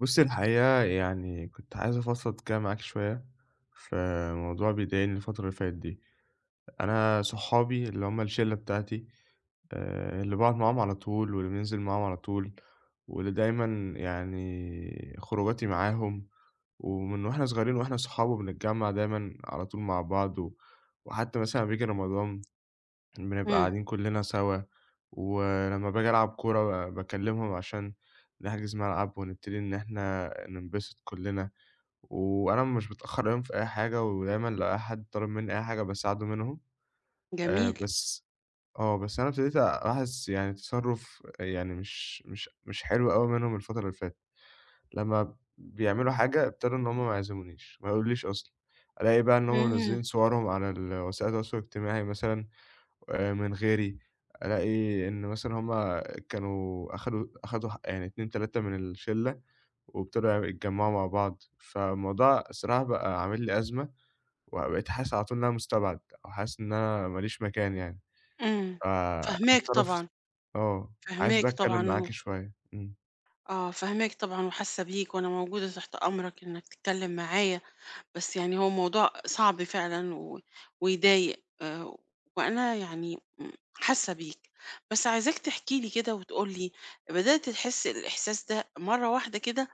بُصّي، الحقيقة يعني كنت عايز أفضفض كده معاكِ شوية في موضوع بيضايقني الفترة اللي فاتت دي. أنا صحابي اللي هم الشلة بتاعتي، اللي باقعد معاهم على طول واللي بانزل معاهم على طول واللي دايمًا يعني خروجاتي معاهم، ومن وإحنا صغيرين وإحنا صحاب وبنتجمّع دايمًا على طول مع بعض وحتى مثلًا لمّا بييجي رمضان بنبقى إمم، قاعدين كلنا سوا، ولمّا باجي ألعب كورة باكلمهم عشان نحجز ملعب ونبتدي إن إحنا ننبسط كلنا، وأنا مش باتأخّر عليهم في أي حاجة، ودايمًا لو أي حد طالب منّي أي حاجة باساعده منهم. آآ جميل. بس بس أنا ابتديت ألاحظ يعني تصرُّف يعني مش حلو أوي منهم الفترة اللي فاتت، لمّا بيعملوا حاجة ابتدوا إن هم ما يعزمونيش، ما يقولوليش أصلًا، ألاقي بقى إن هم إمم، منزّلين صورهم على ال وسائل التواصل الاجتماعي مثلًا، من غيري، ألاقي إن مثلًا هُم كانوا أخدوا ح يعني 2، 3 من الشلّة وابتدوا يتجمّعوا مع بعض، فالموضوع الصراحة بقى عامل لي أزمة، وبقيت حاسس على طول إن أنا مُستبعد أو حاسس إن أنا ما ليش مكان يعني، إمم، فاهماك فباتصرّف طبعًا، س آه، عايز بقى فاهماك أتكلّم طبعًا و معاكِ شوية. إمم. آه، فاهماك طبعًا وحاسة بيك، وأنا موجودة تحت أمرك إنك تتكلم معايا، بس يعني هو موضوع صعب فعلًا ويضايق، وأنا يعني م حاسة بيك، بس عايزاك تحكي لي كده وتقول لي بدأت تحس الإحساس ده مرة واحدة كده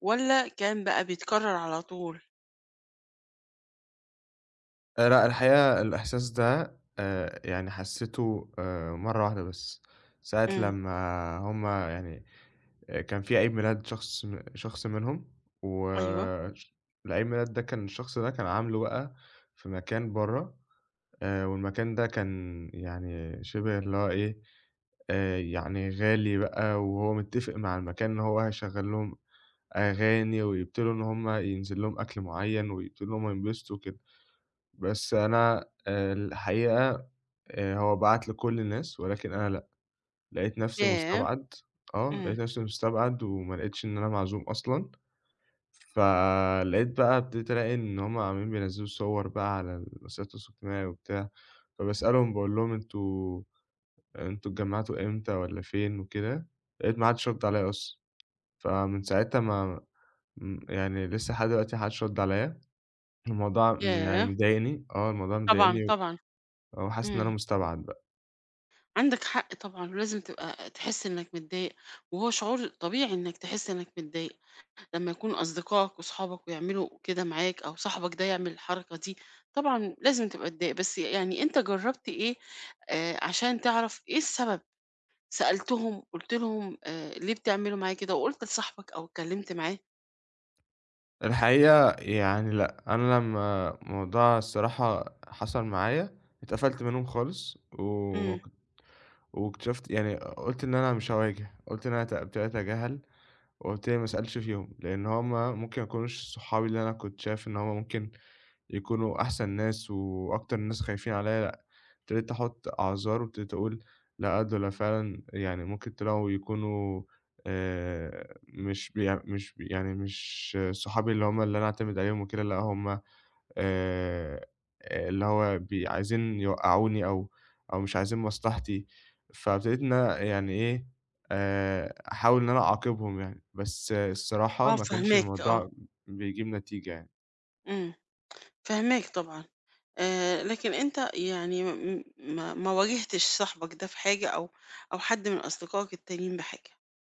والّا كان بقى بيتكرر على طول؟ لأ، الحقيقة الإحساس ده يعني حسّيته مرّة واحدة بس، ساعة إمم، لمّا هُم يعني كان في عيد ميلاد شخص منهم. أيوه، وش العيد ميلاد ده كان الشخص ده كان عامله بقى في مكان برّه، والمكان ده كان يعني شِبه اللي هو إيه، يعني غالي بقى وهو متّفق مع المكان إن هو هيشغّل لهم أغاني ويبتدوا إن هم ينزل لهم أكل معيّن ويبتدوا إن هم ينبسطوا وكده. بس أنا الحقيقة، هو بعت لكل الناس ولكن أنا لأ. لقيت نفسي ياه! مستبعد، آه، إمم، لقيت نفسي مستبعد وما لقيتش إن أنا معزوم أصلًا، فلقيت بقى ابتديت ألاقي إن هُم عمالين بينزّلوا صور بقى على الوسائل التواصل الاجتماعي وبتاع، فباسألهم باقول لهم: "أنتم اتجمّعتوا إمتى والّا فين وكده؟" لقيت ما حدش رَد عليّا أصلًا، فمن ساعتها ما م يعني لسه لحد دلوقتي ما حدش رَد عليّا، الموضوع يعني ياه! مضايقني، آه، الموضوع طبعًا، مضايقني و طبعًا، وحاسس إن أنا إمم. مستبعد. عندك حق طبعًا، ولازم تبقى تحس إنك متضايق، وهو شعور طبيعي إنك تحس إنك متضايق لمّا يكون أصدقائك وصحابك ويعملوا كده معاك أو صاحبك ده يعمل الحركة دي، طبعًا لازم تبقى متضايق، بس يعني أنت جرّبت إيه عشان تعرف إيه السبب؟ سألتهم، قُلت لهم ليه بتعملوا معايا كده وقُلت لصاحبك أو اتكلمت معاه؟ الحقيقة يعني لأ، أنا لمّا الموضوع الصراحة حصل معايا، اتقفلت منهم خالص وما إمم، كنت واكتشفت يعني قُلت إن أنا مش هاواجه، قُلت إن أنا ابتديت أتجاهل وقُلت لي ما اسألش فيهم، لإن هُم ممكن ما يكونوش صحابي اللي أنا كنت شايف إن هُم ممكن يكونوا أحسن ناس وأكتر ناس خايفين عليّا لأ، ابتديت أحط أعذار وابتديت أقول لأ، دول فعلًا يعني ممكن طلعوا يكونوا مش بيع مش ب يعني مش صحابي اللي هُم اللي أنا أعتمد عليهم وكده، لأ هُم آآ اللي هو بي عايزين يوقّعوني أو أو مش عايزين مصلحتي، فابتديت إن أنا يعني إيه، أحاول إن أنا أعاقبهم يعني، بس الصراحة آه ما كانش فاهماك، آه، الموضوع بيجيب نتيجة يعني، إمم، فاهماك طبعًا. لكن أنت يعني م ما ما واجهتش صاحبك ده في حاجة أو حد من أصدقائك التانيين بحاجة،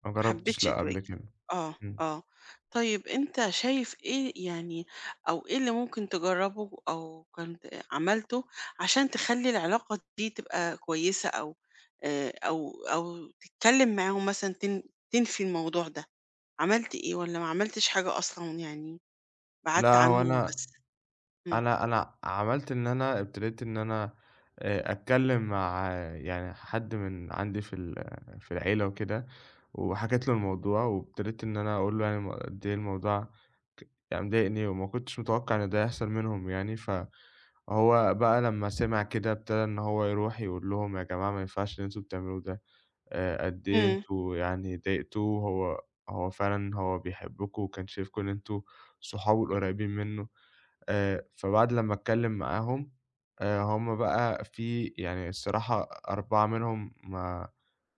ما ما جرّبتش حبيتش لأ قبل تواجه. كده. آه، إمم. آه. طيب أنت شايف إيه يعني أو إيه اللي ممكن تجرّبه أو كنت عملته عشان تخلّي العلاقة دي تبقى كويسة أو أو تتكلّم معاهم مثلًا تنفي الموضوع ده، عملت إيه والّا ما عملتش حاجة أصلًا يعني بعدت لأ هو عنهم أنا وبس؟ إمم. أنا عملت إن أنا ابتديت إن أنا أتكلّم مع آه، يعني حد من عندي في العيلة وكده، وحكيت له الموضوع، وابتديت إن أنا أقول له يعني قد إيه الموضوع يعني مضايقني وما كنتش متوقع إن ده يحصل منهم يعني، فهو بقى لمّا سمع كده ابتدى إن هو يروح يقول لهم: "يا جماعة ما ينفعش اللي أنتم بتعملوه ده، قد إيه إمم، أنتم يعني ضايقتوه، هو فعلًا هو بيحبكم وكان شايفكم إن أنتم صحابه القريبين منّه." فبعد لمّا أتكلّم معاهم، هُم بقى في يعني الصراحة 4 منهم ما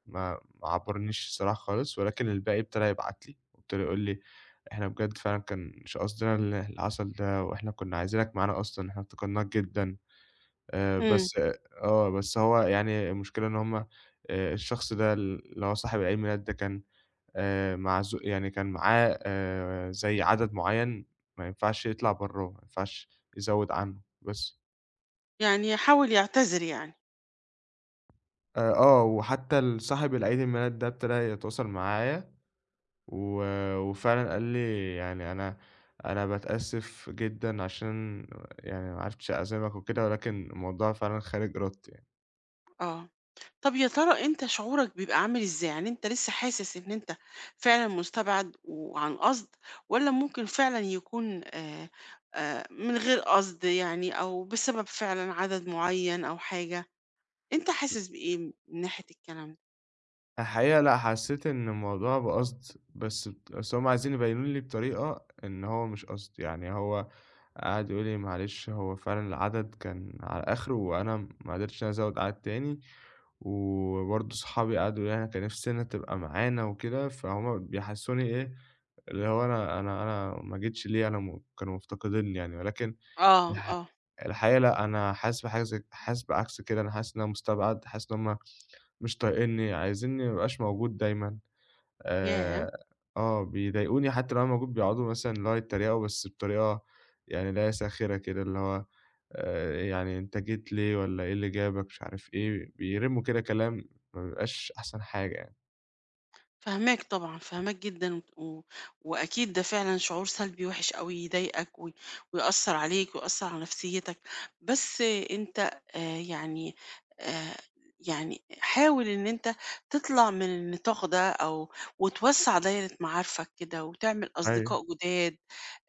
ما ما عبّرونيش الصراحة خالص، ولكن الباقي ابتدى يبعت لي، وابتدى يقول لي: "إحنا بجد فعلًا كانش قصدنا اللي حصل ده، وإحنا كنّا عايزينك معانا أصلًا، إحنا افتقدناك جدًا." آآ، إمم، بس بس هو يعني المشكلة إن هُم الشخص ده اللي هو صاحب العيد ميلاد ده كان معزو يعني كان معاه زي عدد معيّن ما ينفعش يطلع برّاه، ما ينفعش يزوّد عنّه بس. يعني حاول يعتذر يعني، وحتى ال صاحب العيد الميلاد ده ابتدى يتواصل معايا و وفعلًا قال لي يعني أنا باتأسف جدًا عشان يعني ما عرفتش أعزمك وكده، ولكن الموضوع فعلًا خارج إرادتي يعني. آه. طب يا ترى أنت شعورك بيبقى عامل إزاي؟ يعني أنت لسه حاسس إن أنت فعلًا مُستبعد وعن قصد، والّا ممكن فعلًا يكون من غير قصد يعني أو بسبب فعلًا عدد معيّن أو حاجة؟ أنت حاسس بإيه من ناحية الكلام ده؟ الحقيقة لأ، حسّيت إن الموضوع بقصد، بس هُم عايزين يبيّنوا لي بطريقة إن هو مش قصد، يعني هو قعد يقول لي: "معلش هو فعلًا العدد كان على آخره وأنا ما قدرتش إن أنا أزوّد عدد تاني." وبرضه صحابي قعدوا يقولوا لي: "أنا كان نفسي إن أنت تبقى معانا وكده." فهُم بيحسّسوني إيه، اللي هو أنا ما جيتش ليه، أنا كانوا مفتقدينّي يعني، ولكن آه، الح آه، الحقيقة لأ، أنا حاسس بحاجة زي حاسس بعكس كده، أنا حاسس إن أنا مستبعد، حاسس إن هُم مش طايقينّي، عايزينّي ما أبقاش موجود دايمًا. ياه! آآ بيضايقوني حتى لو أنا موجود بيقعدوا مثلًا اللي هو يتريقوا بس بطريقة يعني اللي هي ساخرة كده، اللي هو يعني أنت جيت ليه والّا إيه اللي جابك مش عارف إيه، بيرموا كده كلام ما بيبقاش أحسن حاجة يعني. فاهماك طبعًا، فاهماك جدًا وت و وأكيد ده فعلًا شعور سلبي وِحِش أوي يضايقك ويأثّر عليك ويأثّر على نفسيتك، بس أنت آآ يعني حاول إن أنت تطلع من النطاق ده وتوسّع دايرة معارفك كده وتعمل أيوه، أصدقاء جداد،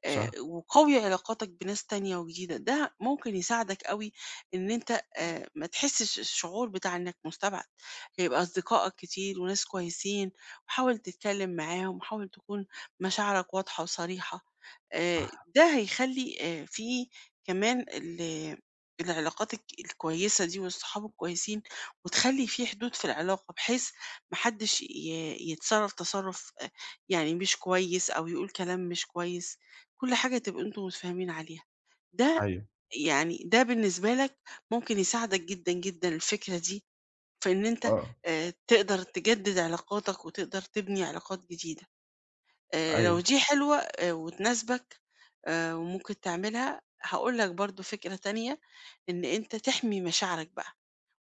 صح، وقوّي علاقاتك بناس تانية وجديدة، ده ممكن يساعدك أوي إن أنت ما تحسّش الشعور بتاع إنك مستبعد، هيبقى أصدقائك كتير وناس كويسين، وحاول تتكلّم معاهم، وحاول تكون مشاعرك واضحة وصريحة، آآ صح، ده هيخلّي في كمان العلاقات الكويسة دي والصحاب الكويسين، وتخلّي في حدود في العلاقة بحيث ما حدّش يتصرّف تصرُّف يعني مش كويس أو يقول كلام مش كويس. كل حاجة تبقوا أنتم متفاهمين عليها. ده أيوه، ده بالنسبة لك ممكن يساعدك جدًا، جدًا الفكرة دي في إن أنت آه، تقدر تجدد علاقاتك وتقدر تبني علاقات جديدة. لو أيوه، دي حلوة وتناسبك وممكن تعملها، هاقول لك برضه فكرة تانية، إن أنت تحمي مشاعرك بقى.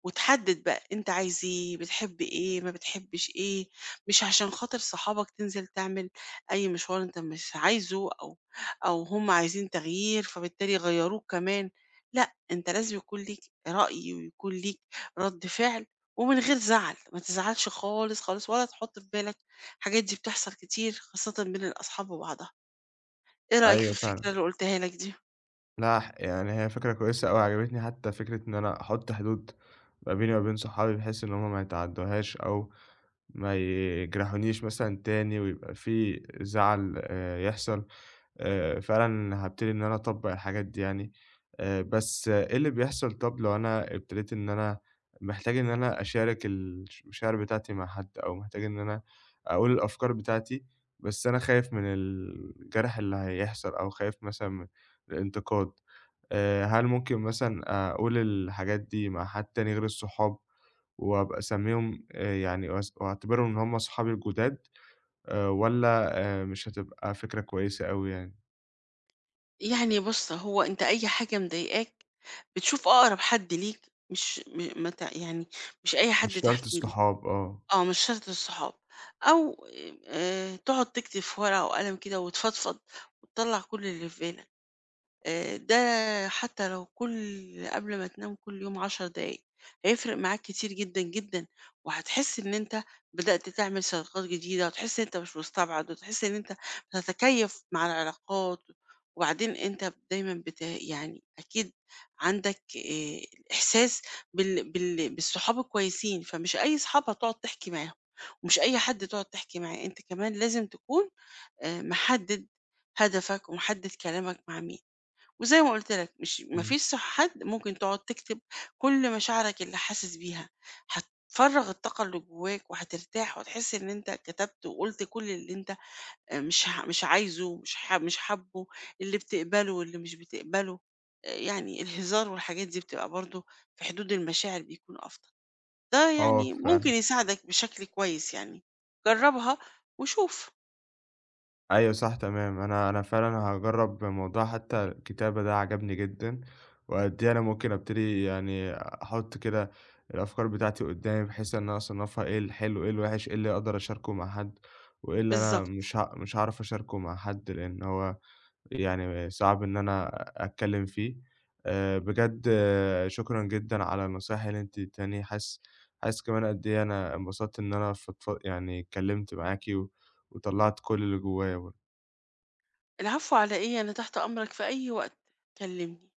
وتحدد بقى أنت عايز إيه، بتحب إيه، ما بتحبش إيه، مش عشان خاطر صحابك تنزل تعمل أي مشوار أنت مش عايزه أو أو هم عايزين تغيير فبالتالي غيّروك كمان، لأ، أنت لازم يكون ليك رأي ويكون ليك رد فعل ومن غير زعل، ما تزعلش خالص، خالص ولا تحط في بالك، الحاجات دي بتحصل كتير خاصةً بين الأصحاب وبعضها، إيه رأيك في أيوه الفكرة فعلًا. اللي قُلتها لك دي؟ لأ يعني هي فكرة كويسة أوي عجبتني حتى فكرة إن أنا أحُط حدود ما بيني وما بين صحابي بحيث إن هم ما يتعدّوهاش أو ما يجرحونيش مثلًا تاني ويبقى في زعل يحصل. فعلًا هابتدي إن أنا أطبّق الحاجات دي يعني، بس آه، إيه اللي بيحصل طَب لو أنا ابتديت إن أنا محتاج إن أنا أشارك المشاعر بتاعتي مع حد، أو محتاج إن أنا أقول الأفكار بتاعتي، بس أنا خايف من الجرح اللي هيحصل، أو خايف مثلًا من الانتقاد، هل ممكن مثلًا أقول الحاجات دي مع حد تاني غير الصحاب، وأبقى أسميهم يعني وأعتبرهم إن هُم صحابي الجداد، والّا مش هتبقى فكرة كويسة أوي يعني؟ يعني بُص، هو أنت أي حاجة مضايقاك بتشوف أقرب حد ليك مش م ما ت يعني مش أي مش حد شرط تحكي له، الصحاب آه. آه، مش شرط الصحاب، أو تقعد تكتب في ورقة وقلم كده وتفضفض وتطلّع كل اللي في بالك. ده حتى لو قبل ما تنام كل يوم 10 دقايق، هيفرق معاك كتير جدًا، جدًا، وهتحس إن أنت بدأت تعمل صداقات جديدة، وتحس إن أنت مش مستبعد، وتحس إن أنت بتتكيف مع العلاقات، وبعدين أنت دايمًا بت يعني أكيد عندك إحساس بالصحاب الكويسين، فمش أي صحاب هتقعد تحكي معاهم، ومش أي حد تقعد تحكي معاه، أنت كمان لازم تكون محدد هدفك ومحدد كلامك مع مين. وزي ما قُلت لك مش ما إمم. فيش صح حد ممكن تقعد تكتب كل مشاعرك اللي حاسس بيها، هتفرّغ الطاقة اللي جواك وهترتاح وهتحس إن أنت كتبت وقُلت كل اللي أنت مش عايزه، مش حابه، اللي بتقبله واللي مش بتقبله، يعني الهزار والحاجات دي بتبقى برضه في حدود المشاعر بيكون أفضل. ده آه يعني ممكن فعلًا. يساعدك بشكل كويس يعني، جرّبها وشوف. أيوه صح تمام. أنا فعلًا هاجرّب موضوع حتّى الكتابة ده عجبني جدًا، وقد إيه أنا ممكن أبتدي يعني أحُط كده الأفكار بتاعتي قُدّامي بحيث إن أنا أصنّفها إيه الحلو، إيه الوِحِش، إيه اللي أقدر أشاركه مع حد، وإيه اللي أنا بالضبط. مش هاعرف أشاركه مع حد، لإن هو يعني صعب إن أنا أتكلّم فيه. بجد آه، شكرًا جدًا على النصايح اللي أنتِ اديتيهاني، حاسس كمان قد إيه أنا انبسطت إن أنا يعني اتكلّمت معاكِ و وطلّعت كل اللي جوايا برضه. العفو على إيه، أنا تحت أمرك في أي وقت، كلمني.